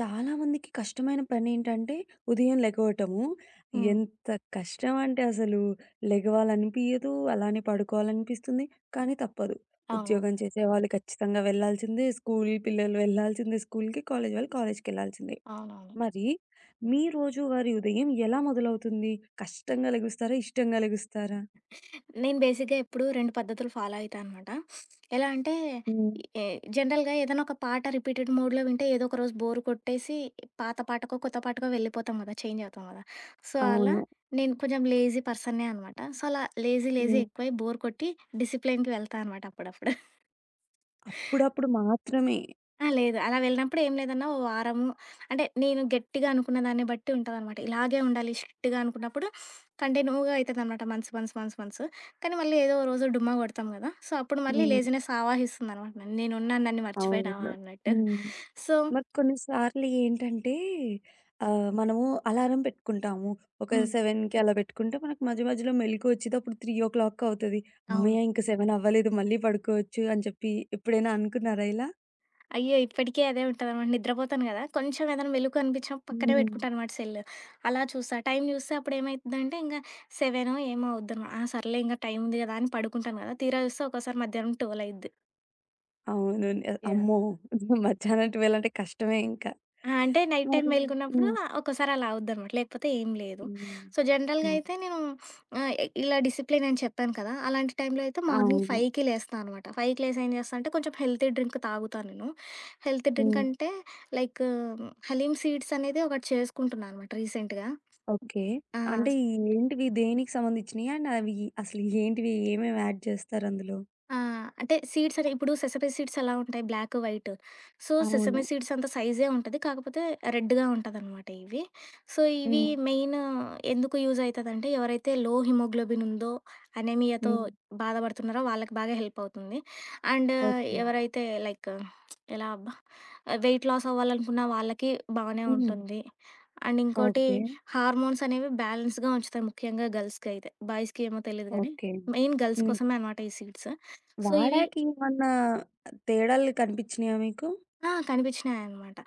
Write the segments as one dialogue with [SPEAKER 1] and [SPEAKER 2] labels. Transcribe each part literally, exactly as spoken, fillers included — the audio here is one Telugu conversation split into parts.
[SPEAKER 1] చాలామందికి కష్టమైన పనేంటంటే, ఉదయం లెగవటము.
[SPEAKER 2] హ్మ్.
[SPEAKER 1] ఎంత కష్టం అంటే అసలు లెగవాలనిపియదు, అలానే పడుకోవాలనిపిస్తుంది, కానీ తప్పదు.
[SPEAKER 2] అవునవును.
[SPEAKER 1] ఉద్యోగం చేసేవాళ్ళు ఖచ్చితంగా వెళ్ళాల్సిందే, స్కూల్ పిల్లలు వెళ్ళాల్సిందే స్కూల్‌కి, కాలేజీ వాళ్ళు కాలేజీకెళ్ళాల్సిందే.
[SPEAKER 2] అవునవును.
[SPEAKER 1] మరి మీ రోజువారీ ఉదయం ఎలా మొదలవుతుంది? కష్టంగా లెగుస్తారా? ఇష్టంగా లెగుస్తారా?
[SPEAKER 2] నేను బేసిక్‌గా ఎప్పుడూ రెండు పద్ధతులు ఫాలో అయితా అనమాట. ఎలా అంటే
[SPEAKER 1] హ్మ్.
[SPEAKER 2] ఎ జనరల్‌గా ఏదైనా ఒక పాట రిపీటెడ్ మోడ్‌లో వింటే ఏదో ఒక రోజు బోర్ కొట్టేసి పాత పాటకో, కొత్త పాటకో వెళ్ళిపోతాం కదా! చేంజ్ అవుతాం కదా! సో, అలా
[SPEAKER 1] అవును.
[SPEAKER 2] నేను కొంచెం లేజీ పర్సన్నే అనమాట. సో, అలా లేజీ లేజీ
[SPEAKER 1] హ్మ్.
[SPEAKER 2] ఎక్కువై బోర్ కొట్టి డిసిప్లిన్‌కి వెళ్తా అనమాట అప్పుడప్పుడు.
[SPEAKER 1] అప్పుడప్పుడు మాత్రమే.
[SPEAKER 2] ఆ! లేదు. అలా వెళ్ళినప్పుడు ఏం లేదన్నా ఓ వారము అంటే నేను గట్టిగా అనుకున్న దాన్ని బట్టి ఉంటదనమాట. ఇలాగే ఉండాలి స్ట్రిక్ట్‌గా అనుకున్నప్పుడు కంటిన్యూగా అయితదనమాట మంత్స్, మంత్స్, మంత్స్, మంత్స్. కానీ మళ్ళీ ఏదో ఓ రోజు డుమ్మా కొడతాం కదా! సో, అప్పుడు మళ్ళీ
[SPEAKER 1] హ్మ్.
[SPEAKER 2] లేజినెస్ ఆవాహిస్తుందనమాట. నన్ను. నేనున్నాను నన్ను మర్చిపోయినావా
[SPEAKER 1] అవును.
[SPEAKER 2] అన్నట్టు.
[SPEAKER 1] హ్మ్.
[SPEAKER 2] సో
[SPEAKER 1] మరి కొన్ని సార్లు ఏంటంటే ఆహ్, మనము అలారం పెట్టుకుంటాము. ఒక
[SPEAKER 2] హ్మ్.
[SPEAKER 1] ఏడుకి అలా పెట్టుకుంటే మనకు మధ్య మధ్యలో మెలుకువ వచ్చిద్ది. అప్పుడు మూడు అవుతది.
[SPEAKER 2] అవును.
[SPEAKER 1] హమ్మయ్య! ఇంక ఏడు అవ్వలేదు మళ్ళీ పడుకోవచ్చు అని చెప్పి ఎప్పుడైనా అనుకున్నారా ఇలా?
[SPEAKER 2] అయ్యో! ఇప్పటికే అదే ఉంటదనమాట. నిద్రపోతాను గదా! కొంచెం ఏదైనా వెలుగు కనిపించినప్పుడు పక్కనే
[SPEAKER 1] హ్మ్.
[SPEAKER 2] పెట్టుకుంటాననమాట సెల్లు. అలా చూస్తా. టైం చూస్తే అప్పుడేమైద్దంటే ఇంగా ఏడు ఏమో అవుద్దనమాట. ఆ! సర్లే ఇంగా టైం ఉంది గదా! అని పడుకుంటాను గదా! తీరా చూస్తే ఒక్కోసారి మధ్యాహ్నం పన్నెండు అయిద్ది.
[SPEAKER 1] అవును. నే
[SPEAKER 2] యాహ్!
[SPEAKER 1] అమ్మో! మధ్యాహ్నం పన్నెండు అంటే కష్టమే ఇంకా.
[SPEAKER 2] ఆ! అంటే నైట్ టైమ్
[SPEAKER 1] మరి
[SPEAKER 2] మేలుకున్నప్పుడు
[SPEAKER 1] హ్మ్.
[SPEAKER 2] ఒక్కోసారి అలా అవుద్దనమాట. లేకపోతే ఏం లేదు.
[SPEAKER 1] హ్మ్.
[SPEAKER 2] సో, జనరల్‌గా
[SPEAKER 1] హ్మ్.
[SPEAKER 2] అయితే నేను ఆహ్, ఇలా డిసిప్లిన్ అని చెప్పాను కదా! అలాంటి టైంలో అయితే మార్నింగ్
[SPEAKER 1] అవును.
[SPEAKER 2] 5కి లేస్తా అనమాట. 5కి లేసి ఏం చేస్తా అంటే కొంచెం హెల్తీ డ్రింక్ తాగుతా నేను. హెల్తీ డ్రింక్
[SPEAKER 1] హ్మ్.
[SPEAKER 2] అంటే లైక్ హలీమ్ సీడ్స్ అనేది ఒకటి చేసుకుంటున్నా అనమాట రీసెంట్‌గా.
[SPEAKER 1] ఓకే.
[SPEAKER 2] ఆ!
[SPEAKER 1] అంటే ఈ ఏంటివి దేనికి సంబంధించినయి? అండ్ అవి అసలు ఏంటివి? ఏమేమి యాడ్ చేస్తారు అందులో?
[SPEAKER 2] ఆ! అంటే సీడ్స్ అంటే ఇప్పుడు సెసమి సీడ్స్ ఎలా ఉంటాయి బ్లాక్, వైట్. సో,
[SPEAKER 1] అవును.
[SPEAKER 2] సెసమి సీడ్స్ అంత సైజే ఉంటది. కాకపోతే రెడ్‌గా ఉంటదనమాట ఇవి. సో, ఇవి
[SPEAKER 1] హ్మ్.
[SPEAKER 2] మెయిన్ ఎందుకు యూజ్ అయితదంటే ఎవరైతే లో హిమోగ్లోబిన్ ఉందో, అనీమియాతో
[SPEAKER 1] హ్మ్.
[SPEAKER 2] బాధపడుతున్నారో వాళ్ళకి బాగా హెల్ప్ అవుతుంది. And
[SPEAKER 1] okay.
[SPEAKER 2] ఎవరైతే లైక్ ఎలా అబ్బా! వెయిట్ లాస్ అవ్వాలనుకున్న వాళ్ళకి బానే
[SPEAKER 1] హ్మ్.
[SPEAKER 2] ఉంటుంది. అండ్ ఇంకోటి
[SPEAKER 1] ఓకే.
[SPEAKER 2] హార్మోన్స్ అనేవి బ్యాలెన్స్‌గా ఉంచుతాయి ముఖ్యంగా గర్ల్స్‌కైతే. బాయ్స్‌కి ఏమో తెలీదు గానీ,
[SPEAKER 1] ఓకే.
[SPEAKER 2] మెయిన్ గర్ల్స్
[SPEAKER 1] హ్మ్.
[SPEAKER 2] కోసమే అనమాట ఈ సీడ్స్. సో, ఇవి
[SPEAKER 1] వాడాక ఏమన్నా తేడాలు కనిపించినాయా మీకు?
[SPEAKER 2] ఆ! కనిపించినాయనమాట.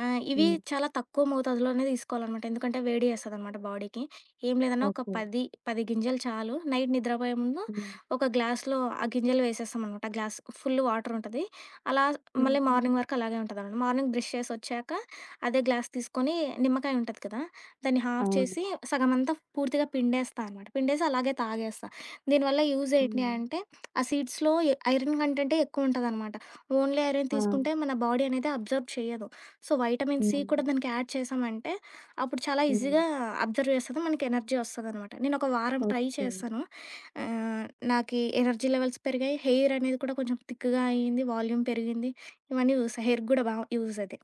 [SPEAKER 2] ఆహ్, ఇవి
[SPEAKER 1] హ్మ్.
[SPEAKER 2] చాలా తక్కువ మోతాదులోనే తీసుకోవాలనమాట. ఎందుకంటే వేడి చేస్తదనమాట బాడీకి. ఏం లేదన్నా ఒక
[SPEAKER 1] ఓకే.
[SPEAKER 2] పది, పది గింజలు చాలు. నైట్ నిద్రపోయే ముందు
[SPEAKER 1] హ్మ్.
[SPEAKER 2] ఒక గ్లాస్‌లో ఆ గింజలు వేసేస్తామనమాట. Glass full వాటరుంటది. అలా మళ్ళీ
[SPEAKER 1] హ్మ్.
[SPEAKER 2] మార్నింగ్ వరకు అలాగే ఉంటదనమాట. మార్నింగ్ బ్రష్ చేసొచ్చాక అదే గ్లాస్ తీసుకొని నిమ్మకాయ ఉంటది కదా! దాన్ని హాఫ్
[SPEAKER 1] అవును.
[SPEAKER 2] చేసి సగమంతా పూర్తిగా పిండేస్తా అనమాట. పిండేసి అలాగే తాగేస్తా. దీనివల్ల యూజ్ ఏంటి
[SPEAKER 1] హ్మ్.
[SPEAKER 2] అంటే, ఆ సీడ్స్‌లో ఎ ఐరన్ కంటెంటే ఎక్కువుంటదనమాట. ఓన్లీ ఐరన్
[SPEAKER 1] ఆ!
[SPEAKER 2] తీసుకుంటే మన బాడీ అనేది అబ్జర్వ్ చేయదు. సో, వైటమిన్ సి
[SPEAKER 1] హ్మ్.
[SPEAKER 2] కూడా దానికి యాడ్ చేశామంటే, అప్పుడు చాలా
[SPEAKER 1] హ్మ్.
[SPEAKER 2] ఈజీగా అబ్జర్వ్ చేస్తది. మనకి ఎనర్జీ వస్తదనమాట. నేనొక వారం ట్రై
[SPEAKER 1] ఓకే.
[SPEAKER 2] చేశాను. ఆహ్, నాకీ ఎనర్జీ లెవెల్స్ పెరిగాయి. హెయిర్ అనేది కూడా కొంచెం థిక్‌గా అయింది. వాల్యూమ్ పెరిగింది. ఇవన్నీ యూస్ హెయిర్‌కి గూడా బా యూజ్ అది.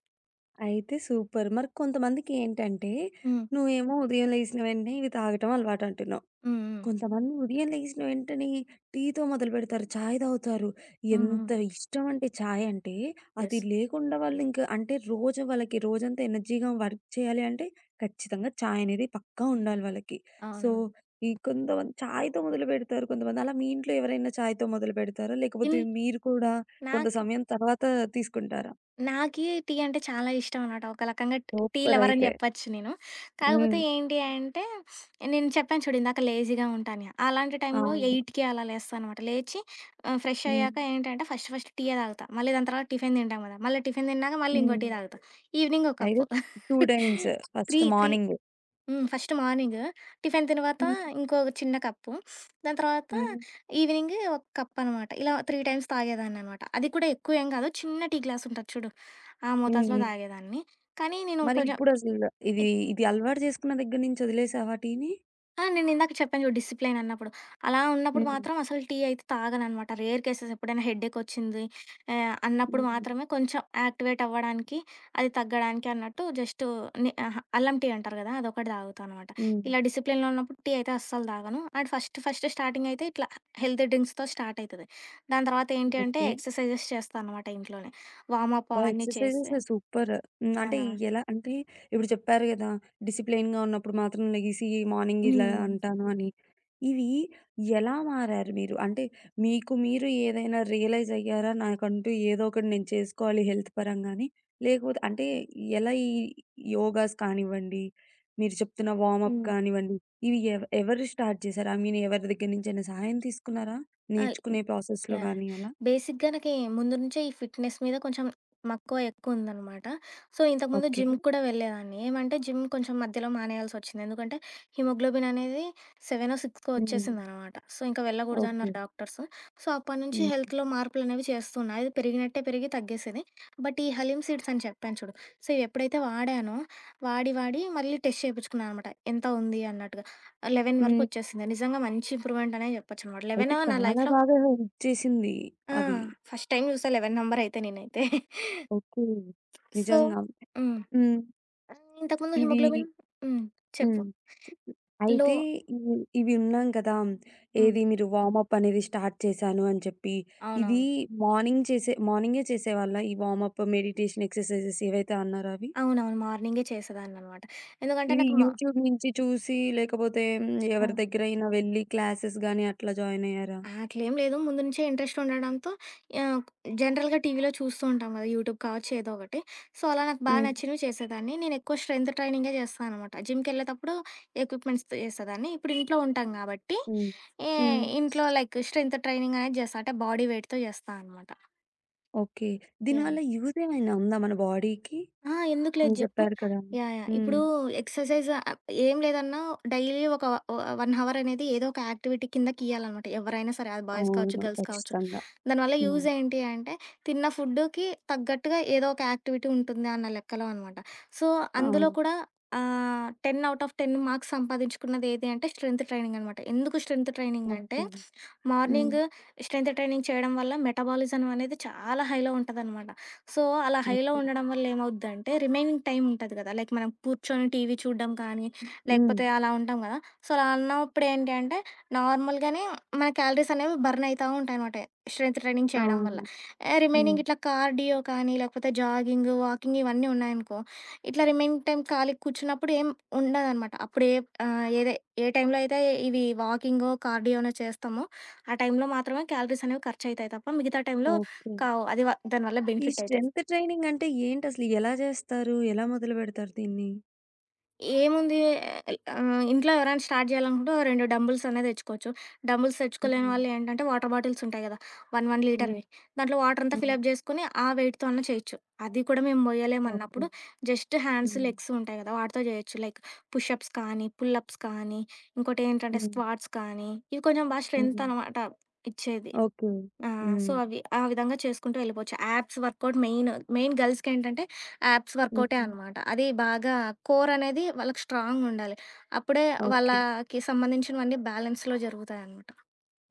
[SPEAKER 1] అయితే సూపర్. మరి కొంతమందికి ఏంటంటే,
[SPEAKER 2] హ్మ్.
[SPEAKER 1] నువ్వేమో ఉదయం లేసిన వెంటనే ఇవి తాగటం అలవాటు అంటున్నావు.
[SPEAKER 2] హ్మ్. హ్మ్.
[SPEAKER 1] కొంతమంది ఉదయం లెగిసిన వెంటనే టీ‌తో మొదలుపెడతారు. చాయ్ తాగుతారు.
[SPEAKER 2] హ్మ్. హ్మ్.
[SPEAKER 1] ఎంత ఇష్టం అంటే చాయ్ అంటే, అది
[SPEAKER 2] యెస్.
[SPEAKER 1] లేకుండా వాళ్ళు ఇంక అంటే రోజు వాళ్ళకి రోజంతా ఎనర్జీగా వర్క్ చేయాలి అంటే ఖచ్చితంగా చాయ్ అనేది పక్కా ఉండాలి వాళ్ళకి. సో,
[SPEAKER 2] అవునవును.
[SPEAKER 1] ఈ కొంతమంది చాయ్‌తో మొదలుపెడతారు కొంతమంది. అలా మీ ఇంట్లో ఎవరైనా చాయ్‌తో మొదలుపెడతారా?
[SPEAKER 2] ఇన్
[SPEAKER 1] లేకపోతే మీరు కూడా కొంత
[SPEAKER 2] నాకు
[SPEAKER 1] సమయం తర్వాత తీసుకుంటారా?
[SPEAKER 2] నాకీ టీ అంటే చాలా ఇష్టం అనమాట. ఒక రకంగా ట్ టీ
[SPEAKER 1] సూపర్
[SPEAKER 2] లవర్ అని
[SPEAKER 1] అయితే.
[SPEAKER 2] జెప్పొచ్చు నేను.
[SPEAKER 1] హ్మ్.
[SPEAKER 2] కాకపోతే ఏంటి అంటే, నేను చెప్పాను చూడు ఇందాక లేజీగా ఉంటా అని. అలాంటి టైంలో
[SPEAKER 1] అవును.
[SPEAKER 2] 8:00కి అలా లేస్తా అనమాట. లేచి ఆహ్, ఫ్రెష్
[SPEAKER 1] హ్మ్.
[SPEAKER 2] అయ్యాక ఏంటంటే ఫస్ట్ ఫస్ట్ టీయే తాగుతా. మళ్ళీ దాని తర్వాత టిఫిన్ తింటాం గదా! మళ్ళీ టిఫిన్ తిన్నాక మళ్ళీ ఇంకో
[SPEAKER 1] హ్మ్.
[SPEAKER 2] టీ తాగుతా. ఈవినింగ్ ఒక
[SPEAKER 1] అయితే
[SPEAKER 2] కప్పు.
[SPEAKER 1] రెండు times. First
[SPEAKER 2] three three
[SPEAKER 1] morning.
[SPEAKER 2] హ్మ్. First morning. టిఫిన్ తరువాత
[SPEAKER 1] హ్మ్.
[SPEAKER 2] ఇంకో చిన్న కప్పు. దాని తర్వాత
[SPEAKER 1] హ్మ్.
[SPEAKER 2] ఈవినింగ్ ఒక కప్పనమాట. ఇలా మూడు టైమ్స్ తాగేదాన్ననమాట. అది కూడా ఎక్కువేం కాదు. చిన్న టీ గ్లాస్ ఉంటది చూడు. ఆ
[SPEAKER 1] హ్మ్.
[SPEAKER 2] మోతాదులో
[SPEAKER 1] హ్మ్.
[SPEAKER 2] తాగేదాన్ని. కానీ నేను
[SPEAKER 1] మరి
[SPEAKER 2] కొంచెం
[SPEAKER 1] ఇప్పుడసలు ఇది, ఇది అలవాటు చేసుకున్న దగ్గర నుంచి వదిలేసావా టీని?
[SPEAKER 2] ఆ! నేనిందాక చెప్పాను చూడు డిసిప్లైన్ అన్నప్పుడు. అలా ఉన్నప్పుడు
[SPEAKER 1] హ్మ్.
[SPEAKER 2] మాత్రం అసలు టీ అయితే తాగననమాట. రేర్ కేసెస్ ఎప్పుడైనా హెడేకొచ్చింది ఆహ్, అన్నప్పుడు
[SPEAKER 1] హ్మ్.
[SPEAKER 2] మాత్రమే కొంచెం యాక్టివేట్ అవ్వడానికి, అది తగ్గడానికి అన్నట్టు జస్టు ని అహా! అల్లం టీ అంటారు కదా! అదొకటి తాగుతా అనమాట.
[SPEAKER 1] హ్మ్.
[SPEAKER 2] ఇలా డిసిప్లిన్‌లో ఉన్నప్పుడు టీ అయితే అస్సలు తాగను. అండ్ ఫస్ట్ ఫస్ట్ స్టార్టింగ్ అయితే ఇట్లా హెల్తీ డ్రింక్స్‌తో స్టార్ట్ అయితది. దాని తర్వాత ఏంటి అంటే
[SPEAKER 1] ఓకే.
[SPEAKER 2] ఎక్సర్‌సైజెస్ చేస్తా అనమాట ఇంట్లోనే. వార్మప్
[SPEAKER 1] అబ్బా!
[SPEAKER 2] అవన్నీ
[SPEAKER 1] ఎక్సర్‌సైజెస్
[SPEAKER 2] చేసి
[SPEAKER 1] సూపర్. హ్మ్.
[SPEAKER 2] ఆ!
[SPEAKER 1] అంటే ఎలా అంటే ఇప్పుడు చెప్పారు గదా! డిసిప్లెయిన్‌గా ఉన్నప్పుడు మాత్రం లెగిసి మార్నింగ్ ఇలా
[SPEAKER 2] హ్మ్.
[SPEAKER 1] అంటాను అని. ఇవి ఎలా మారారు మీరు? అంటే మీకు మీరు ఏదైనా రియలైజ్ అయ్యారా? నాకంటూ ఏదో ఒకటి నేను చేసుకోవాలి హెల్త్ పరంగా అని. లేకపోతే అంటే ఎలా ఈ యోగాస్ కానివ్వండి, మీరు చెప్తున్న వార్మప్
[SPEAKER 2] హ్మ్.
[SPEAKER 1] కానివ్వండి, ఇవి ఎవ ఎవరు స్టార్ట్ చేశారు? ఐ మీన్ ఎవరి దగ్గర నుంచైనా సహాయం తీసుకున్నారా?
[SPEAKER 2] ఆహ్ యాహ్!
[SPEAKER 1] నేర్చుకునే ప్రాసెస్‌లో
[SPEAKER 2] యాహ్!
[SPEAKER 1] గాని అలా?
[SPEAKER 2] బేసిక్‌గా నాకి ముందు నుంచే ఈ ఫిట్‌నెస్ మీద కొంచెం మక్కువ ఎక్కువుందనమాట. సో, ఇంతకుముందు
[SPEAKER 1] ఓకే.
[SPEAKER 2] జిమ్‌కి కూడా వెళ్ళేదాన్ని. ఏమంటే జిమ్ కొంచెం మధ్యలో మానేయాల్సొచ్చింది. ఎందుకంటే హిమోగ్లోబిన్ అనేది ఏడు సిక్స్‌కో
[SPEAKER 1] హ్మ్.
[SPEAKER 2] వచ్చేసిందనమాట. సో, ఇంక వెళ్ళకూడదు
[SPEAKER 1] ఓకే.
[SPEAKER 2] అన్నారు ఓకే. డాక్టర్స్. సో, అప్పటినుంచి
[SPEAKER 1] హ్మ్.
[SPEAKER 2] హెల్త్‌లో మార్పులనేవి చేస్తున్నా. అది పెరిగినట్టే పెరిగి తగ్గేసేది. బట్ ఈ హలీమ్ సీడ్స్ అని చెప్పాను చూడు. సో, ఇవి ఎప్పుడైతే వాడానో వాడి వాడి మళ్ళీ టెస్ట్ చేపించుకున్నా అనమాట. ఎంత ఉంది అన్నట్టుగా. పదకొండు వరకు
[SPEAKER 1] హ్మ్.
[SPEAKER 2] వచ్చేసింది. నిజంగా మంచి ఇంప్రూవ్‌మెంట్ అనే చెప్పొచ్చనమాట.
[SPEAKER 1] అయితే
[SPEAKER 2] పదకొండు నా
[SPEAKER 1] చాలా
[SPEAKER 2] లైఫ్‌లో
[SPEAKER 1] బాగా హెల్ప్ చేసింది
[SPEAKER 2] ఆ!
[SPEAKER 1] అవి.
[SPEAKER 2] ఫస్ట్ టైమ్ జూసా పదకొండు నంబరయితే నేనైతే.
[SPEAKER 1] ఓకే.
[SPEAKER 2] సో
[SPEAKER 1] నిజంగా.
[SPEAKER 2] హ్మ్.
[SPEAKER 1] హ్మ్.
[SPEAKER 2] ఆహ్, ఇంతకుముందు
[SPEAKER 1] ఇవి
[SPEAKER 2] హిమోగ్లోబిన్ హ్మ్. చెప్పు.
[SPEAKER 1] హ్మ్.
[SPEAKER 2] లో
[SPEAKER 1] అయితే ఇవి ఇవి ఉన్నాం కదా!
[SPEAKER 2] హ్మ్.
[SPEAKER 1] ఏది మీరు వార్మప్ అనేది స్టార్ట్ చేశాను అని చెప్పి, ఇది
[SPEAKER 2] అవునవును.
[SPEAKER 1] మార్నింగ్ చేసే మార్నింగే చేసేవాళ్ళా? ఈ వార్మప్, మెడిటేషన్ ఎక్సర్‌సైజెస్ ఏవైతే అన్నారో అవి?
[SPEAKER 2] అవునవును. మార్నింగే చేసేదాన్ననమాట. ఎందుకంటే
[SPEAKER 1] ఇది
[SPEAKER 2] నాకు మా
[SPEAKER 1] యూట్యూబ్ నుంచి చూసి లేకపోతే హ్మ్, ఎవరి
[SPEAKER 2] హ్మ్.
[SPEAKER 1] దగ్గరైనా వెళ్లి క్లాసెస్ గాని అట్లా జాయిన్ అయ్యారా?
[SPEAKER 2] అట్లేం లేదు. ముందు నుంచే ఇంట్రెస్ట్ ఉండడంతో ఆహ్, జనరల్‌గా టీవీలో చూస్తూ ఉంటాం గదా! యూట్యూబ్ కావచ్చు ఏదో ఒకటి. సో, అలా నాకు బా
[SPEAKER 1] హ్మ్.
[SPEAKER 2] నచ్చినవి చేసేదాన్ని. నేనెక్కువ స్ట్రెంత్ ట్రైనింగే చేస్తా అనమాట. జిమ్‌కెళ్ళేటప్పుడు ఎక్విప్‌మెంట్స్‌తో చేసేదాన్ని. ఇప్పుడు ఇంట్లో ఉంటాం గాబట్టి,
[SPEAKER 1] హ్మ్.
[SPEAKER 2] ఏ
[SPEAKER 1] హ్మ్.
[SPEAKER 2] ఇంట్లో లైక్ స్ట్రెంత్ ట్రైనింగ్ అనేది చేస్తా. అంటే బాడీ వెయిట్‌తో చేస్తా అనమాట.
[SPEAKER 1] ఓకే.
[SPEAKER 2] యాహ్!
[SPEAKER 1] దీనివల్ల యూజ్ ఏమైనా ఉందా మన బాడీకి?
[SPEAKER 2] ఆ! ఎందుకు లేదు
[SPEAKER 1] మీరు
[SPEAKER 2] జెప్పు.
[SPEAKER 1] చెప్పారు కదండీ.
[SPEAKER 2] యాహ్! యాహ్!
[SPEAKER 1] హ్మ్.
[SPEAKER 2] ఇప్పుడు ఎక్సర్‌సైజ్ ఆహ్, ఏం లేదన్నా డైలీ ఒక వ ఒక అవర్ అనేది ఏదో ఒక యాక్టివిటీ కిందకియ్యాలనమాట. ఎవరైనా సరే అది బాయ్స్ కావచ్చు,
[SPEAKER 1] అవును.
[SPEAKER 2] గర్ల్స్ కావచ్చు.
[SPEAKER 1] ఖచ్చితంగా.
[SPEAKER 2] దానివల్ల
[SPEAKER 1] హ్మ్.
[SPEAKER 2] యూజ్ ఏంటి అంటే తిన్న ఫుడ్‌కి తగ్గట్టుగా ఏదో ఒక యాక్టివిటీ ఉంటుంది అన్న లెక్కలో అనమాట. సో, అందులో
[SPEAKER 1] అవును.
[SPEAKER 2] కూడా ఆహ్, టెన్ ఆన్ టెన్ మార్క్స్ సంపాదించుకున్నది ఏది అంటే స్ట్రెంత్ ట్రైనింగ్ అనమాట. ఎందుకు స్ట్రెంత్ ట్రైనింగ్ అంటే
[SPEAKER 1] ఓకే. హ్మ్.
[SPEAKER 2] మార్నింగ్ స్ట్రెంత్ ట్రైనింగ్ చేయడం వల్ల మెటబాలిజం అనేది చాలా హైలో ఉంటదనమాట. సో, అలా హైలో
[SPEAKER 1] ఓకే.
[SPEAKER 2] ఉండడం వల్ల ఏమవుద్దంటే, రిమైనింగ్ టైమ్ ఉంటది కదా! లైక్ మనం కూర్చొని టీవీ చూడడం కానీ,
[SPEAKER 1] హ్మ్.
[SPEAKER 2] లేకపోతే అలా ఉంటాం కదా! సో, అలా ఉన్నప్పుడు ఏంటి అంటే, నార్మల్‌గానే మన క్యాలరీస్ అనేవి బర్న్ అయితా ఉంటాయనమాట. స్ట్రెంత్ ట్రైనింగ్ చేయడం వల్ల.
[SPEAKER 1] అవును.
[SPEAKER 2] ఆహ్,
[SPEAKER 1] హ్మ్.
[SPEAKER 2] రిమైనింగ్ ఇట్లా కార్డియో కానీ, లేకపోతే జాగింగ్, వాకింగ్ ఇవన్నీ ఉన్నాయనుకో, ఇట్లా రిమైనింగ్ టైమ్ ఖాళీగా కూర్చున్నప్పుడు ఏం ఉండదనమాట. అప్పుడు ఏ ఆహ్, ఏదే ఏ టైంలో అయితే ఇవి వాకింగో, కార్డియోనో చేస్తామో, ఆ టైంలో మాత్రమే క్యాలరీస్ అనేవి ఖర్చయితాయి తప్ప, మిగతా టైంలో
[SPEAKER 1] ఓకే.
[SPEAKER 2] కావు. అది వ దానివల్ల
[SPEAKER 1] ఈ
[SPEAKER 2] బెనిఫిట్ అయితే.
[SPEAKER 1] స్ట్రెంత్ ట్రైనింగ్ అంటే ఏంటసలు? ఎలా చేస్తారు? ఎలా మొదలుపెడతారు దీన్ని?
[SPEAKER 2] ఏముంది ఆహ్, ఇంట్లో ఎవరైనా స్టార్ట్ చేయాలనుకుంటే ఓ రెండు డంబుల్స్ అనేది తెచ్చుకోవచ్చు. డంబుల్స్ తెచ్చుకోలేని
[SPEAKER 1] హ్మ్.
[SPEAKER 2] వాళ్ళు ఏంటంటే వాటర్ బాటిల్స్ ఉంటాయి కదా! ఒక, ఒక
[SPEAKER 1] హ్మ్.
[SPEAKER 2] లీటర్‌వి. దాంట్లో వాటర్ అంతా
[SPEAKER 1] హ్మ్.
[SPEAKER 2] ఫిలప్ చేసుకొని ఆ వెయిట్‌తో అన్నా చేయొచ్చు. అది కూడా మేము
[SPEAKER 1] ఓకే.
[SPEAKER 2] మొయ్యలేమన్నప్పుడు జస్ట్ హ్యాండ్స్,
[SPEAKER 1] హ్మ్.
[SPEAKER 2] లెగ్స్ ఉంటాయి కదా! వాటితో చేయొచ్చు. లైక్ పుష్ అప్స్ కానీ, పుల్ అప్స్ కానీ, ఇంకోటేంటంటే
[SPEAKER 1] హ్మ్.
[SPEAKER 2] స్క్వాట్స్ కానీ, ఇవి కొంచెం బాగా
[SPEAKER 1] హ్మ్.
[SPEAKER 2] స్ట్రెంత్ అనమాట ఇచ్చేది.
[SPEAKER 1] ఓకే.
[SPEAKER 2] ఆ! సో,
[SPEAKER 1] హ్మ్.
[SPEAKER 2] అవి ఆ విధంగా చేసుకుంటూ వెళ్ళిపోవచ్చు. Abs workout main. మెయిన్ గర్ల్స్‌కేంటంటే యాప్స్ వర్కౌటే
[SPEAKER 1] హ్మ్.
[SPEAKER 2] అనమాట. అది బాగా కోర్ అనేది వాళ్ళకి స్ట్రాంగుండాలి. అప్పుడే
[SPEAKER 1] ఓకే.
[SPEAKER 2] వాళ్ళకి సంబంధించినవన్నీ బ్యాలెన్స్‌లో జరుగుతాయనమాట.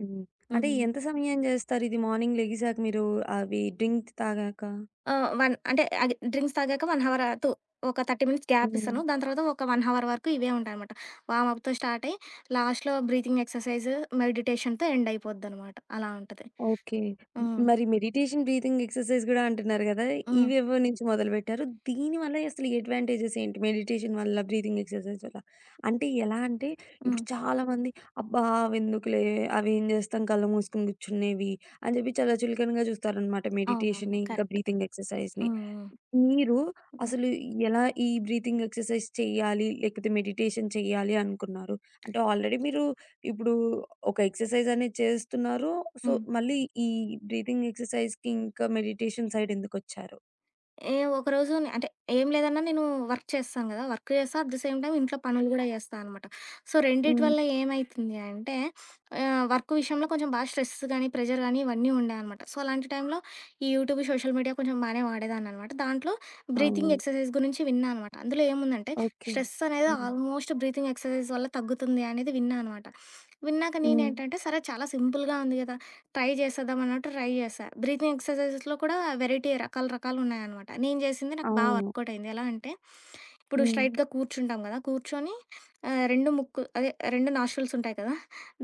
[SPEAKER 1] హ్మ్. అంటే
[SPEAKER 2] హ్మ్.
[SPEAKER 1] ఎంత సమయం చేస్తారు ఇది మార్నింగ్ లెగిసాక మీరు అవి డ్రింక్ తాగాక?
[SPEAKER 2] ఆహ్, వన్ అంటే అది డ్రింక్స్ తాగాక ఒక హవర్ టూ ఒక ముప్పై మినిట్స్ గ్యాప్
[SPEAKER 1] హ్మ్.
[SPEAKER 2] ఇస్తాను. దాని తర్వాత ఒక 1 హవర్ వరకు ఇవే ఉంటాయనమాట. వార్మప్‌తో స్టార్ట్ అయ్యి లాస్ట్‌లో బ్రీతింగ్ ఎక్సర్‌సైజ్, మెడిటేషన్‌తో ఎండ్ అయిపోద్దనమాట. అలా ఉంటది.
[SPEAKER 1] ఓకే.
[SPEAKER 2] హ్మ్.
[SPEAKER 1] మరి మెడిటేషన్, బ్రీతింగ్ ఎక్సర్‌సైజ్ గూడా అంటున్నారు గదా!
[SPEAKER 2] హ్మ్.
[SPEAKER 1] ఇవేవో నుంచి మొదలుపెట్టారు. దీనివల్ల అసలు అడ్వాంటేజెస్ ఏంటి? మెడిటేషన్ వల్ల, బ్రీతింగ్ ఎక్సర్‌సైజ్ వల్ల? అంటే ఎలా అంటే, ఇప్పుడు
[SPEAKER 2] హ్మ్.
[SPEAKER 1] చాలామంది అబ్బా! అవెందుకులే అవేం జేస్తాం కళ్ళు మూసుకొని గూర్చునేవి అని జెప్పి చాలా చులకనగా జూస్తారనమాట
[SPEAKER 2] అవునవును.
[SPEAKER 1] మెడిటేషన్‌ని, ఇంకా
[SPEAKER 2] కరెక్ట్.
[SPEAKER 1] బ్రీతింగ్ ఎక్సర్‌సైజ్‌ని.
[SPEAKER 2] హ్మ్. హ్మ్.
[SPEAKER 1] మీరు
[SPEAKER 2] హ్మ్.
[SPEAKER 1] అసలు ఎలా ఈ బ్రీతింగ్ ఎక్సర్‌సైజ్ చెయ్యాలి? లేకపోతే మెడిటేషన్ చెయ్యాలి అనుకున్నారు? అంటే ఆల్రెడీ మీరు ఇప్పుడు ఒక ఎక్సర్సైజ్ అనేది చేస్తున్నారు. సో,
[SPEAKER 2] హ్మ్.
[SPEAKER 1] మళ్ళీ ఈ బ్రీతింగ్ ఎక్సర్సైజ్‌కి ఇంకా మెడిటేషన్ సైడ్ ఎందుకొచ్చారు?
[SPEAKER 2] ఏ ఒకరోజు నే అంటే ఏం లేదన్నా నేను వర్క్ చేస్తాను గదా! వర్క్ చేస్తా. అట్ ది సేమ్ టైమ్ ఇంట్లో పనులు గూడా చేస్తా అనమాట. సో, రెండిటి
[SPEAKER 1] హ్మ్.
[SPEAKER 2] వల్ల ఏమైతుంది అంటే ఆహ్, వర్క్ విషయంలో కొంచెం బాగా స్ట్రెస్ గానీ, ప్రెషర్ గానీ ఇవన్నీ ఉండే అనమాట. సో, అలాంటి టైంలో ఈ యూట్యూబ్, సోషల్ మీడియా కొంచెం బానే వాడేదాన్ననమాట. దాంట్లో బ్రీతింగ్
[SPEAKER 1] అవును.
[SPEAKER 2] ఎక్సర్సైజ్ గురించి విన్నా అనమాట. అందులో ఏముందంటే
[SPEAKER 1] ఓకే.
[SPEAKER 2] స్ట్రెస్ అనేది
[SPEAKER 1] హ్మ్.
[SPEAKER 2] ఆల్మోస్ట్ బ్రీతింగ్ ఎక్సర్సైజ్ వల్ల తగ్గుతుంది అనేది విన్నా అనమాట. విన్నాక
[SPEAKER 1] హ్మ్.
[SPEAKER 2] నేనేంటంటే సరే చాలా సింపుల్‌గా ఉంది గదా! ట్రై చేసేద్దాం అన్నట్టు ట్రై చేశా. బ్రీతింగ్ ఎక్సర్‌సైజెస్‌లో కూడా వెరైటీ రకాలు రకాలు ఉన్నాయనమాట. నేను చేసింది నాకు బా
[SPEAKER 1] అవును.
[SPEAKER 2] వర్కౌట్ అయింది. ఎలా అంటే, ఇప్పుడు
[SPEAKER 1] హ్మ్.
[SPEAKER 2] స్ట్రెయిట్‌గా కూర్చుంటాం కదా! కూర్చొని ఆహ్, రెండు ముక్కు అదే రెండు నాస్ట్రిల్స్ ఉంటాయి కదా!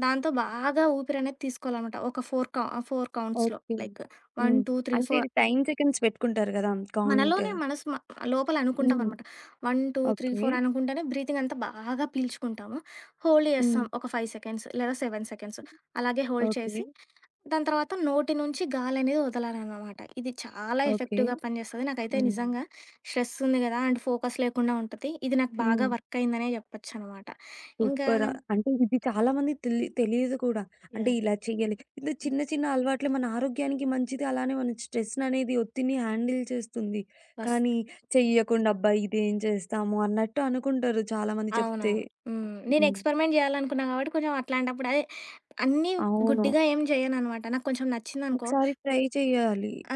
[SPEAKER 2] దాంతో బాగా ఊపిరి అనేది తీసుకోవాలనమాట. ఒక నాలుగు కౌ నాలుగు కౌంట్స్‌లో
[SPEAKER 1] ఓకే.
[SPEAKER 2] లైక్ ఒకటి,
[SPEAKER 1] హ్మ్.
[SPEAKER 2] రెండు, మూడు,
[SPEAKER 1] అంటే
[SPEAKER 2] నాలుగు
[SPEAKER 1] ఇది టైమ్ సెకండ్స్ పెట్టుకుంటారు గదా! కౌంట్.
[SPEAKER 2] మనలోనే మనసు మ లోపల అనుకుంటాం
[SPEAKER 1] హ్మ్.
[SPEAKER 2] అనమాట. ఒకటి, రెండు, మూడు,
[SPEAKER 1] ఓకే.
[SPEAKER 2] నాలుగు అనుకుంటేనే బ్రీతింగ్ అంతా బాగా పీల్చుకుంటాము. హోల్డ్
[SPEAKER 1] హ్మ్.
[SPEAKER 2] చేస్తాం ఒక ఐదు సెకండ్స్ లేదా ఏడు సెకండ్స్. అలాగే హోల్డ్
[SPEAKER 1] ఓకే.
[SPEAKER 2] చేసి, దాని తర్వాత నోటి నుంచి గాలనేది వదలాలనమాట. ఇది చాలా
[SPEAKER 1] ఓకే.
[SPEAKER 2] ఎఫెక్టివ్‌గా పనిచేస్తది. నాకైతే
[SPEAKER 1] హ్మ్.
[SPEAKER 2] నిజంగా స్ట్రెస్ ఉంది కదా! అండ్ ఫోకస్ లేకుండా ఉంటది. ఇది నాకు బాగా
[SPEAKER 1] హ్మ్.
[SPEAKER 2] వర్క్ అయిందనే చెప్పొచ్చనమాట. ఇంకా
[SPEAKER 1] సూపర్. అంటే ఇది చాలా మందికి తెలి తెలీదు కూడా. అంటే
[SPEAKER 2] యాహ్!
[SPEAKER 1] ఇలా చెయ్యాలి. ఇది
[SPEAKER 2] హ్మ్.
[SPEAKER 1] చిన్న చిన్న అలవాట్లే మన ఆరోగ్యానికి మంచిది. అలానే మన స్ట్రెస్‌ననేది, ఒత్తిడిని హ్యాండిల్ చేస్తుంది.
[SPEAKER 2] బస్.
[SPEAKER 1] కానీ చెయ్యకుండా అబ్బా! ఇదేం చేస్తాము అన్నట్టు అనుకుంటారు చాలామంది చెప్తే.
[SPEAKER 2] అవునవును. హ్మ్. నేను
[SPEAKER 1] హ్మ్.
[SPEAKER 2] ఎక్స్‌పెరిమెంట్ జేయాలనుకున్నా గాబట్టి కొంచెం అట్లాంటప్పుడు అదే అన్నీ
[SPEAKER 1] అవును.
[SPEAKER 2] గుడ్డిగా ఏం జేయననమాట. నాకు కొంచెం నచ్చిందనుకో
[SPEAKER 1] ఒకసారి ట్రై చేయాలి.
[SPEAKER 2] ఆ!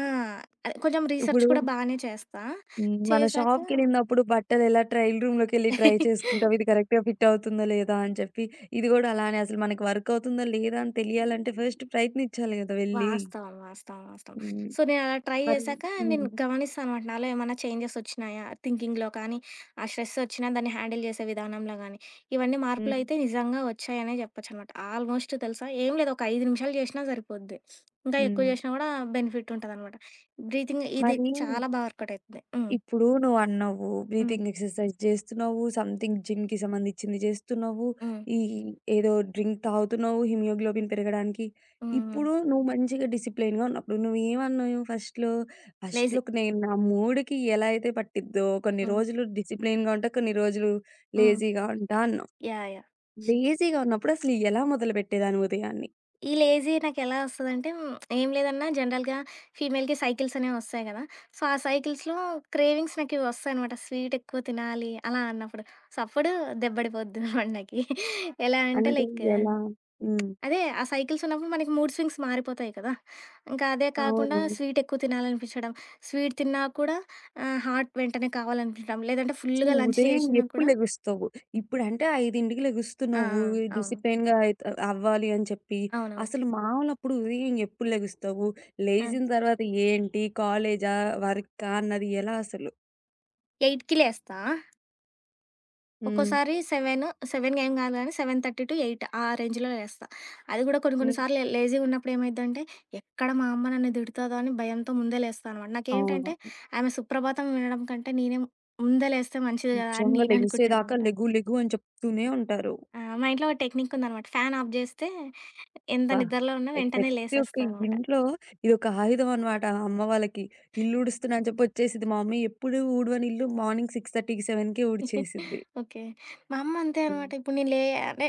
[SPEAKER 2] అదే కొంచెం రీసెర్చ్
[SPEAKER 1] ఇప్పుడు
[SPEAKER 2] కూడా బానే చేస్తా.
[SPEAKER 1] హ్మ్. మన
[SPEAKER 2] చేశాక
[SPEAKER 1] షాప్‌కెళ్ళినప్పుడు బట్టలు ఎలా ట్రయల్ రూమ్‌లోకెళ్ళి ట్రై చేసుకుంటాం. ఇది కరెక్ట్‌గా ఫిట్ అవుతుందా లేదా అని చెప్పి. ఇది గూడా అలానే అసలు మనకి వర్క్ అవుతుందా లేదా అని తెలియాలంటే ఫస్ట్ ప్రయత్నించాలి గదా! వెళ్లి.
[SPEAKER 2] వాస్తవం. వాస్తవం. వాస్తవం.
[SPEAKER 1] హ్మ్.
[SPEAKER 2] సో, నేనలా ట్రై
[SPEAKER 1] మరి
[SPEAKER 2] జేశాక నేను
[SPEAKER 1] హ్మ్.
[SPEAKER 2] గమనిస్తానమాట. నాలో ఏమన్నా చేంజెస్ ఒచ్చినాయా? థింకింగ్‌లో కానీ, ఆ స్ట్రెస్ ఒచ్చినా దాన్ని హ్యాండిల్ జేసే విధానంలో గానీ, ఇవన్నీ
[SPEAKER 1] హ్మ్.
[SPEAKER 2] మార్పులయితే నిజంగా ఒచ్చాయనే జెప్పొచ్చనమాట. ఆల్మోస్ట్ తెలుసా ఏం లేదు. ఒక ఐదు నిమిషాలు జేషినా సరిపోద్ది. ఇంకా ఎక్కువ
[SPEAKER 1] హ్మ్.
[SPEAKER 2] జేషినా గూడా బెనిఫిట్ ఉంటదనమాట. బ్రీతింగ్ ఇది
[SPEAKER 1] మరి
[SPEAKER 2] చాలా బా వర్కౌట్ అయితది. హ్మ్.
[SPEAKER 1] ఇప్పుడు నువ్వన్నావు
[SPEAKER 2] హ్మ్.
[SPEAKER 1] బ్రీతింగ్ ఎక్సర్‌సైజ్ చేస్తున్నావు, సంథింగ్ జిమ్‌కి సంబంధించింది చేస్తున్నావు,
[SPEAKER 2] హ్మ్.
[SPEAKER 1] ఈ ఏదో డ్రింక్ తాగుతున్నావు హిమోగ్లోబిన్ పెరగడానికి.
[SPEAKER 2] హ్మ్. హ్మ్.
[SPEAKER 1] ఇప్పుడు నువ్వు మంచిగా డిసిప్లైన్‌గా ఉన్నప్పుడు నువ్వేమన్నావు ఫస్ట్‌లో?
[SPEAKER 2] లేజీ.
[SPEAKER 1] ఫస్ట్‌లో నేను నా మూడ్‌కి ఎలా అయితే పట్టిద్దో కొన్ని
[SPEAKER 2] హ్మ్.
[SPEAKER 1] రోజులు డిసిప్లైన్‌గా ఉంటా, కొన్ని రోజులు
[SPEAKER 2] హ్మ్.
[SPEAKER 1] లేజీగా ఉంటా అన్నావు.
[SPEAKER 2] యాహ్! యాహ్!
[SPEAKER 1] లేజీగా ఉన్నప్పుడు అసలు ఎలా మొదలుపెట్టేదానివి ఉదయాన్ని?
[SPEAKER 2] ఈ లేజీ నాకెలా వస్తదంటే హ్మ్, ఏం లేదన్నా జనరల్‌గా ఫీమేల్‌కి సైకిల్స్ అనేవి వస్తాయి గదా! సో, ఆ సైకిల్స్‌లో క్రేవింగ్స్ నాకివి వస్తాయనమాట. స్వీట్ ఎక్కువ తినాలి అలా అన్నప్పుడు. సో, అప్పుడు దెబ్బడిపోద్ది బండకి. ఎలా అంటే
[SPEAKER 1] అంటే
[SPEAKER 2] లైక్
[SPEAKER 1] ఎలా? హ్మ్.
[SPEAKER 2] అదే ఆ సైకిల్స్ ఉన్నప్పుడు మనకి మూడ్ స్వింగ్స్ మారిపోతాయి కదా! ఇంకా అదే కాకుండా
[SPEAKER 1] అవును.
[SPEAKER 2] స్వీట్ ఎక్కువ తినాలనిపించడం. స్వీట్ తిన్నా కూడా ఆహ్, హాట్ వెంటనే కావాలనిపించడం. లేదంటే ఫుల్‌గా
[SPEAKER 1] నువ్వు
[SPEAKER 2] లంచ్
[SPEAKER 1] ఉదయం
[SPEAKER 2] చేషినా
[SPEAKER 1] ఎప్పుడు
[SPEAKER 2] కూడా
[SPEAKER 1] లెగుస్తావు? ఇప్పుడంటే ఐదుకి
[SPEAKER 2] ఆ!
[SPEAKER 1] లెగుస్తున్నావు.
[SPEAKER 2] ఆ! అవును.
[SPEAKER 1] డిసిప్లిన్‌గా అయిత అవ్వాలి అని చెప్పి.
[SPEAKER 2] అవునవును.
[SPEAKER 1] అసలు మామూలు అప్పుడు ఉదయం ఎప్పుడు లెగుస్తావు?
[SPEAKER 2] ఆ!
[SPEAKER 1] లేచిన తర్వాత ఏంటి? కాలేజా? వర్కా? అన్నది ఎలా అసలు?
[SPEAKER 2] 8కి లేస్తా.
[SPEAKER 1] హ్మ్.
[SPEAKER 2] ఒక్కోసారి ఏడు ఏడు ఏం కాదు గానీ ఏడున్నర-ఎనిమిది ఆ రేంజ్‌లో లేస్తా. అది కూడా కొన్ని కొన్ని
[SPEAKER 1] హ్మ్.
[SPEAKER 2] సార్లు లేజీగా ఉన్నప్పుడు ఏమైద్దంటే, ఎక్కడ మా అమ్మ నన్ను తిడతదో అని భయంతో ముందే లేస్తా అనమాట.
[SPEAKER 1] అవును.
[SPEAKER 2] నాకేంటంటే ఆమె సుప్రభాతం వినడం కంటే నేనే ముందే లేస్తే మంచిది కదా! అని
[SPEAKER 1] నిజంగా
[SPEAKER 2] నేను అనుకుంటా
[SPEAKER 1] లెగిసేదాకా
[SPEAKER 2] అనమాట.
[SPEAKER 1] లెగు లెగు అని చెప్తూనే ఉంటారు.
[SPEAKER 2] ఆ! మా ఇంట్లో ఒక టెక్నిక్ ఉందనమాట. ఫ్యాన్ ఆఫ్ చేస్తే ఎంత
[SPEAKER 1] అబ్బా!
[SPEAKER 2] నిద్రలో ఉన్నా
[SPEAKER 1] అయి
[SPEAKER 2] వెంటనే
[SPEAKER 1] ప్రతి ఒక్క
[SPEAKER 2] లేసేస్తా అనమాట.
[SPEAKER 1] ఇంట్లో ఇదొక ఆయుధం అన్నమాట అమ్మ వాళ్ళకి. ఇల్లు ఊడుస్తున్నా అని చెప్పి వచ్చేసిద్ది. మా మమ్మీ ఎప్పుడు ఊడవని ఇల్లు మార్నింగ్ 6:30కి, ఏడుకే ఊడ్చేసిద్ది.
[SPEAKER 2] ఓకే. మా అమ్మ అంతే
[SPEAKER 1] హ్మ్.
[SPEAKER 2] అనమాట. ఇప్పుడు నేను లే అంటే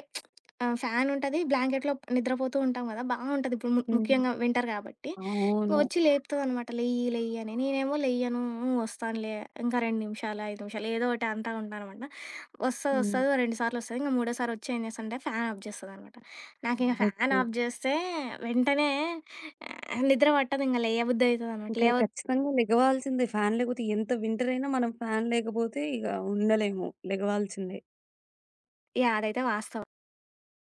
[SPEAKER 2] ఆహ్, ఫ్యాన్ ఉంటది. బ్లాంకెట్‌లో నిద్రపోతూ ఉంటాం గదా! బావుంటది. ఇప్పుడు ము
[SPEAKER 1] హ్మ్.
[SPEAKER 2] ముఖ్యంగా వింటర్ గాబట్టి.
[SPEAKER 1] అవును.
[SPEAKER 2] వచ్చి లేపుతదనమాట. "లెయ్యి, లెయ్యి" అని. నేనేమో లెయ్యను. "హ్మ్. వస్తానులే. ఇంకా రెండు నిమిషాలు, ఐదు నిమిషాలు" ఏదో ఒకటి అంటా ఉంటాననమాట. వస్తది,
[SPEAKER 1] హ్మ్.
[SPEAKER 2] వస్తది. ఓ రెండు సార్లు వస్తది. ఇంక మూడోసారి వచ్చి ఏం చేస్తానంటే ఫ్యాన్ ఆఫ్ చేస్తదనమాట. నాకింక ఫ్యాన్
[SPEAKER 1] ఓకే.
[SPEAKER 2] ఆఫ్ చేస్తే వెంటనే ఆహ్, నిద్ర పట్టదు. ఇంక లేయబుద్ధి అయితదనమాట.
[SPEAKER 1] ఇంకా
[SPEAKER 2] లేవ
[SPEAKER 1] ఖచ్చితంగా లెగవాల్సిందే. ఫ్యాన్ లేకపోతే ఎంత వింటర్ అయినా మనం ఫ్యాన్ లేకపోతే ఇగ ఉండలేము. లెగవాల్సిందే.
[SPEAKER 2] యాహ్! అదైతే వాస్తవం.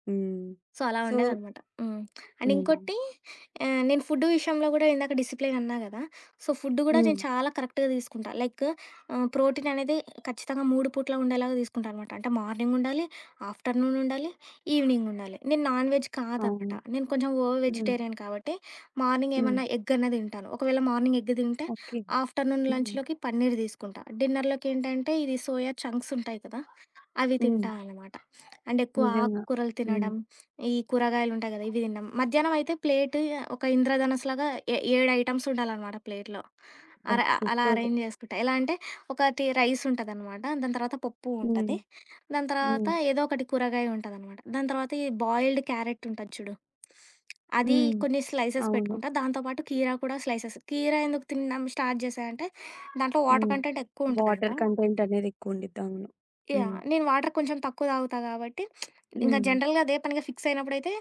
[SPEAKER 1] హ్మ్.
[SPEAKER 2] సో, అలా
[SPEAKER 1] సో
[SPEAKER 2] ఉండేదనమాట. హ్మ్. అండ్
[SPEAKER 1] హ్మ్.
[SPEAKER 2] ఇంకోటి ఆహ్, నేను ఫుడ్ విషయంలో గూడా ఇందాక డిసిప్లిన్ అన్నా గదా! సో, ఫుడ్ గూడా
[SPEAKER 1] హ్మ్.
[SPEAKER 2] నేను చాలా కరెక్ట్‌గా తీసుకుంటా. లైక్ ఆహ్, ప్రోటీన్ అనేది ఖచ్చితంగా మూడు పూట్ల ఉండేలాగా తీసుకుంటా అనమాట. అంటే మార్నింగ్ ఉండాలి, ఆఫ్టర్‌నూన్ ఉండాలి, ఈవినింగ్ ఉండాలి. నేను నాన్ వెజ్ కాదనమాట.
[SPEAKER 1] అవును.
[SPEAKER 2] నేను కొంచెం ఓవర్
[SPEAKER 1] హ్మ్.
[SPEAKER 2] వెజిటేరియన్ కాబట్టి మార్నింగ్
[SPEAKER 1] హ్మ్.
[SPEAKER 2] ఏమన్నా ఎగ్ అన్నా తింటాను. ఒకవేళ మార్నింగ్ ఎగ్ తింటే
[SPEAKER 1] ఓకే.
[SPEAKER 2] ఆఫ్టర్‌నూన్
[SPEAKER 1] హ్మ్.
[SPEAKER 2] లంచ్‌లోకి పన్నీర్ తీసుకుంటా. డిన్నర్‌లోకి ఏంటంటే ఇది సోయా చంక్స్ ఉంటాయి కదా! అవి
[SPEAKER 1] హ్మ్.
[SPEAKER 2] తింటా అనమాట. అంటే ఎక్కువ
[SPEAKER 1] నిజంగా.
[SPEAKER 2] ఆకుకూరలు
[SPEAKER 1] హ్మ్.
[SPEAKER 2] తినడం, ఈ కూరగాయలుంటాయి గదా! ఇవి తినడం. మధ్యాహ్నం అయితే ప్లేటు ఒక ఇంద్రధనస్సులాగా ఏ ఏడు ఐటెమ్స్ ఉండాలనమాట ప్లేట్‌లో.
[SPEAKER 1] అబ్బా!
[SPEAKER 2] అర అలా
[SPEAKER 1] సూపర్.
[SPEAKER 2] అరేంజ్ జేసుకుంటా. ఎలా అంటే ఒకటి రైస్ ఉంటదనమాట. దాని తర్వాత పప్పు
[SPEAKER 1] హ్మ్.
[SPEAKER 2] ఉంటది. దాని తర్వాత
[SPEAKER 1] హ్మ్.
[SPEAKER 2] ఏదో ఒకటి కూరగాయ ఉంటదనమాట. దాని తర్వాత ఈ బాయిల్డ్ క్యారెట్ ఉంటది చూడు. అది
[SPEAKER 1] హ్మ్.
[SPEAKER 2] కొన్ని స్లైసెస్
[SPEAKER 1] అవును.
[SPEAKER 2] పెట్టుకుంటా. దాంతో పాటు కీరా కూడా స్లైసెస్. కీరా ఎందుకు తినడం స్టార్ట్ జేశా అంటే దాంట్లో వాటర్
[SPEAKER 1] హ్మ్.
[SPEAKER 2] కంటెంట్ ఎక్కువ ఉంటదంట.
[SPEAKER 1] వాటర్ కంటెంట్ అనేది ఎక్కువుండిద్ది. అవును.
[SPEAKER 2] యాహ్!
[SPEAKER 1] హ్మ్.
[SPEAKER 2] నేను వాటర్ కొంచెం తక్కువ తాగుతా గాబట్టి, ఇంకా
[SPEAKER 1] హ్మ్.
[SPEAKER 2] జనరల్‌గా అదే పనిగా ఫిక్స్ అయినప్పుడైతే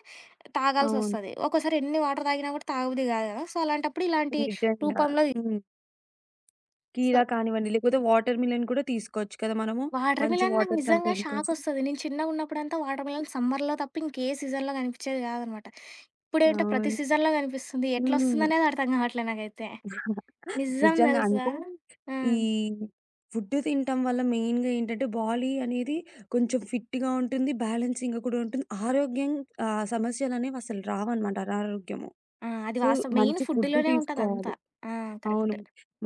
[SPEAKER 1] అవును.
[SPEAKER 2] తాగాల్సొస్తది. ఒక్కోసారి ఎన్ని వాటర్ తాగినా కూడా తాగబుద్ధి గాదు గదా! సో, అలాంటప్పుడు ఇలాంటి
[SPEAKER 1] నిజంగా.
[SPEAKER 2] రూపంలో
[SPEAKER 1] హ్మ్. కీరా
[SPEAKER 2] సో,
[SPEAKER 1] కానివ్వండి, లేకపోతే వాటర్ మిలన్ కూడా తీసుకోవచ్చు కదా మనము.
[SPEAKER 2] వాటర్
[SPEAKER 1] మంచి
[SPEAKER 2] మిలన్ నాకు
[SPEAKER 1] వాటర్
[SPEAKER 2] నిజంగా
[SPEAKER 1] కంటెంట్ కోసం.
[SPEAKER 2] షాకొస్తది. నేను చిన్నగున్నప్పుడంతా వాటర్ మిలన్ సమ్మర్‌లో తప్ప ఇంకే సీజన్‌లో గనిపిచ్చేది గాదనమాట. ఇప్పుడేంటో ప్రతి
[SPEAKER 1] అవును.
[SPEAKER 2] సీజన్‌లో గనిపిస్తుంది.
[SPEAKER 1] హ్మ్.
[SPEAKER 2] ఎట్లొస్తుందనేది అర్థం గావట్లే నాకైతే. నిజం
[SPEAKER 1] నిజంగా
[SPEAKER 2] దెలుసా?
[SPEAKER 1] అంటే
[SPEAKER 2] ఆ!
[SPEAKER 1] ఈ ఫుడ్ తినటం వల్ల మెయిన్‌గా ఏంటంటే బాడీ అనేది కొంచెం ఫిట్‌గా ఉంటుంది. బ్యాలెన్సింగ్‌గా కూడా ఉంటుంది. ఆరోగ్యం ఆహ్, సమస్యలనేవి అసలు రావన్నమాట అనారోగ్యము.
[SPEAKER 2] ఆ! అది
[SPEAKER 1] సో,
[SPEAKER 2] వాస్తవం. మెయిన్
[SPEAKER 1] మంచి ఫుడ్
[SPEAKER 2] ఫుడ్‌లోనే ఉంటదంతా.
[SPEAKER 1] తీసుకోవాలి.
[SPEAKER 2] ఆ!
[SPEAKER 1] అవును.
[SPEAKER 2] కరెక్ట్.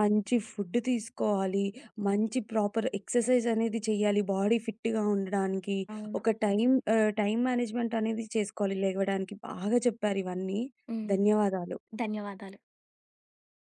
[SPEAKER 1] మంచి ఫుడ్ తీసుకోవాలి. మంచి ప్రాపర్ ఎక్సర్‌సైజ్ అనేది చేయాలి బాడీ ఫిట్‌గా ఉండడానికి.
[SPEAKER 2] అవును.
[SPEAKER 1] ఒక టైమ్ ఆహ్, టైమ్ మేనేజ్‌మెంట్ అనేది చేసుకోవాలి లెగవడానికి. బాగా చెప్పారు ఇవన్నీ.
[SPEAKER 2] హ్మ్.
[SPEAKER 1] ధన్యవాదాలు.
[SPEAKER 2] ధన్యవాదాలు.